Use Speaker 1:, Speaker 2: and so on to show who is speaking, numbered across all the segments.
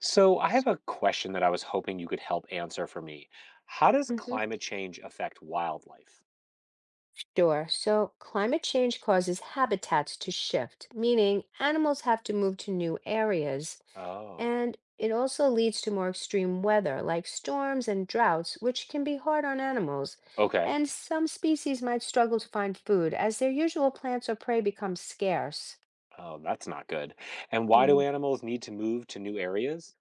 Speaker 1: So, I have a question that I was hoping you could help answer for me. How does
Speaker 2: Mhm.
Speaker 1: climate change affect wildlife?
Speaker 2: Sure. So climate change causes habitats to shift, meaning animals have to move to new areas.
Speaker 1: Oh,
Speaker 2: And it also leads to more extreme weather, like storms and droughts, which can be hard on animals.
Speaker 1: okay.
Speaker 2: And some species might struggle to find food as their usual plants or prey become scarce.
Speaker 1: Oh, that's not good. And why do
Speaker 2: Hmm.
Speaker 1: animals need to move to new areas?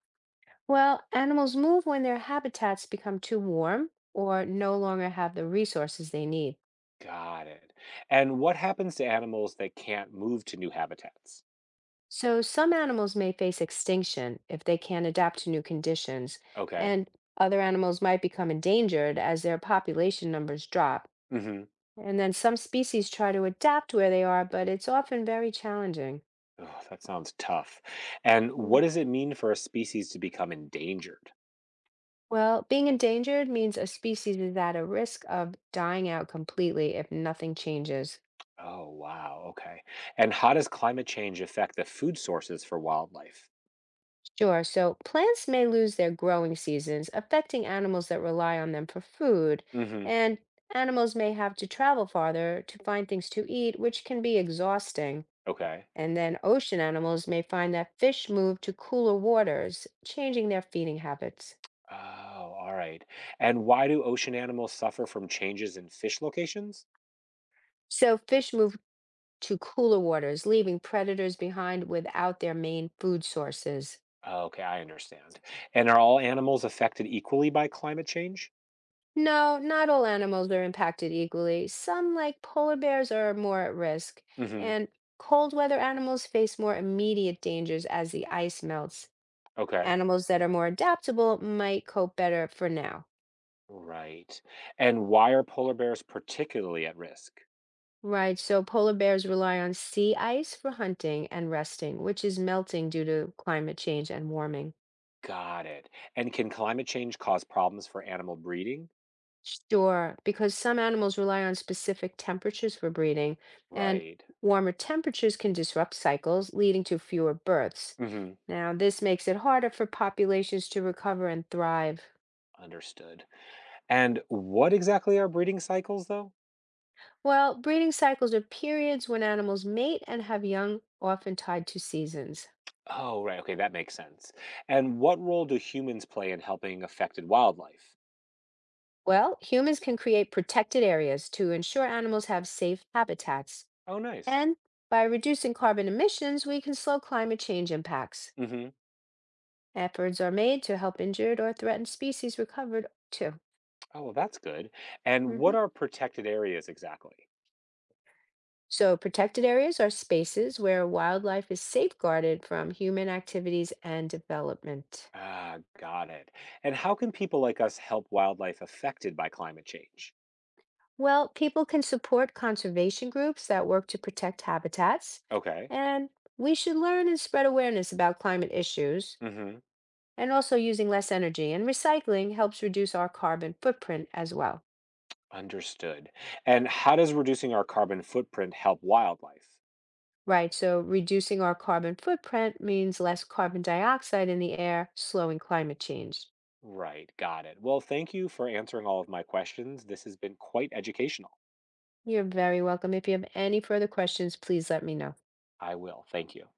Speaker 2: Well, animals move when their habitats become too warm or no longer have the resources they need.
Speaker 1: Got it. And what happens to animals that can't move to new habitats?
Speaker 2: So some animals may face extinction if they can't adapt to new conditions,
Speaker 1: Okay.
Speaker 2: and other animals might become endangered as their population numbers drop.
Speaker 1: Mm-hmm.
Speaker 2: And then some species try to adapt where they are, but it's often very challenging.
Speaker 1: Oh, that sounds tough. And what
Speaker 2: Mm,
Speaker 1: does it mean for a species to become endangered?
Speaker 2: Well, being endangered means a species is at a risk of dying out completely if nothing changes.
Speaker 1: Oh, wow. Okay. And how does climate change affect the food sources for wildlife?
Speaker 2: Sure. So plants may lose their growing seasons, affecting animals that rely on them for food,
Speaker 1: Mm-hmm.
Speaker 2: and animals may have to travel farther to find things to eat, which can be exhausting.
Speaker 1: Okay.
Speaker 2: And then ocean animals may find that fish move to cooler waters, changing their feeding habits.
Speaker 1: Oh, all right. And why do ocean animals suffer from changes in fish locations?
Speaker 2: So fish move to cooler waters, leaving predators behind without their main food sources.
Speaker 1: Oh, okay, I understand. And are all animals affected equally by climate change?
Speaker 2: No, not all animals are impacted equally. Some, like polar bears, are more at risk,
Speaker 1: Hmm.
Speaker 2: and cold weather animals face more immediate dangers as the ice melts.
Speaker 1: Okay.
Speaker 2: Animals that are more adaptable might cope better for now.
Speaker 1: Right. And why are polar bears particularly at risk?
Speaker 2: Right, so polar bears rely on sea ice for hunting and resting, which is melting due to climate change and warming.
Speaker 1: Got it. And can climate change cause problems for animal breeding?
Speaker 2: Sure, because some animals rely on specific temperatures for breeding, and
Speaker 1: Right.
Speaker 2: warmer temperatures can disrupt cycles, leading to fewer births.
Speaker 1: Hmm.
Speaker 2: Now, this makes it harder for populations to recover and thrive.
Speaker 1: Understood. And what exactly are breeding cycles, though?
Speaker 2: Well, breeding cycles are periods when animals mate and have young, often tied to seasons.
Speaker 1: Oh, right. Okay, that makes sense. And what role do humans play in helping affected wildlife?
Speaker 2: Well, humans can create protected areas to ensure animals have safe habitats.
Speaker 1: Oh, nice.
Speaker 2: And by reducing carbon emissions, we can slow climate change impacts.
Speaker 1: Hmm.
Speaker 2: Efforts are made to help injured or threatened species recovered too.
Speaker 1: Oh, well, that's good. And what
Speaker 2: Mhm.
Speaker 1: are protected areas exactly?
Speaker 2: So, protected areas are spaces where wildlife is safeguarded from human activities and development.
Speaker 1: Ah, got it. And how can people like us help wildlife affected by climate change?
Speaker 2: Well, people can support conservation groups that work to protect habitats.
Speaker 1: Okay.
Speaker 2: And we should learn and spread awareness about climate issues
Speaker 1: Hmm.
Speaker 2: and also using less energy. And recycling helps reduce our carbon footprint as well.
Speaker 1: Understood. And how does reducing our carbon footprint help wildlife?
Speaker 2: Right, so reducing our carbon footprint means less carbon dioxide in the air, slowing climate change.
Speaker 1: Right. Got it. Well, thank you for answering all of my questions. This has been quite educational.
Speaker 2: You're very welcome. If you have any further questions, please let me know.
Speaker 1: I will. Thank you.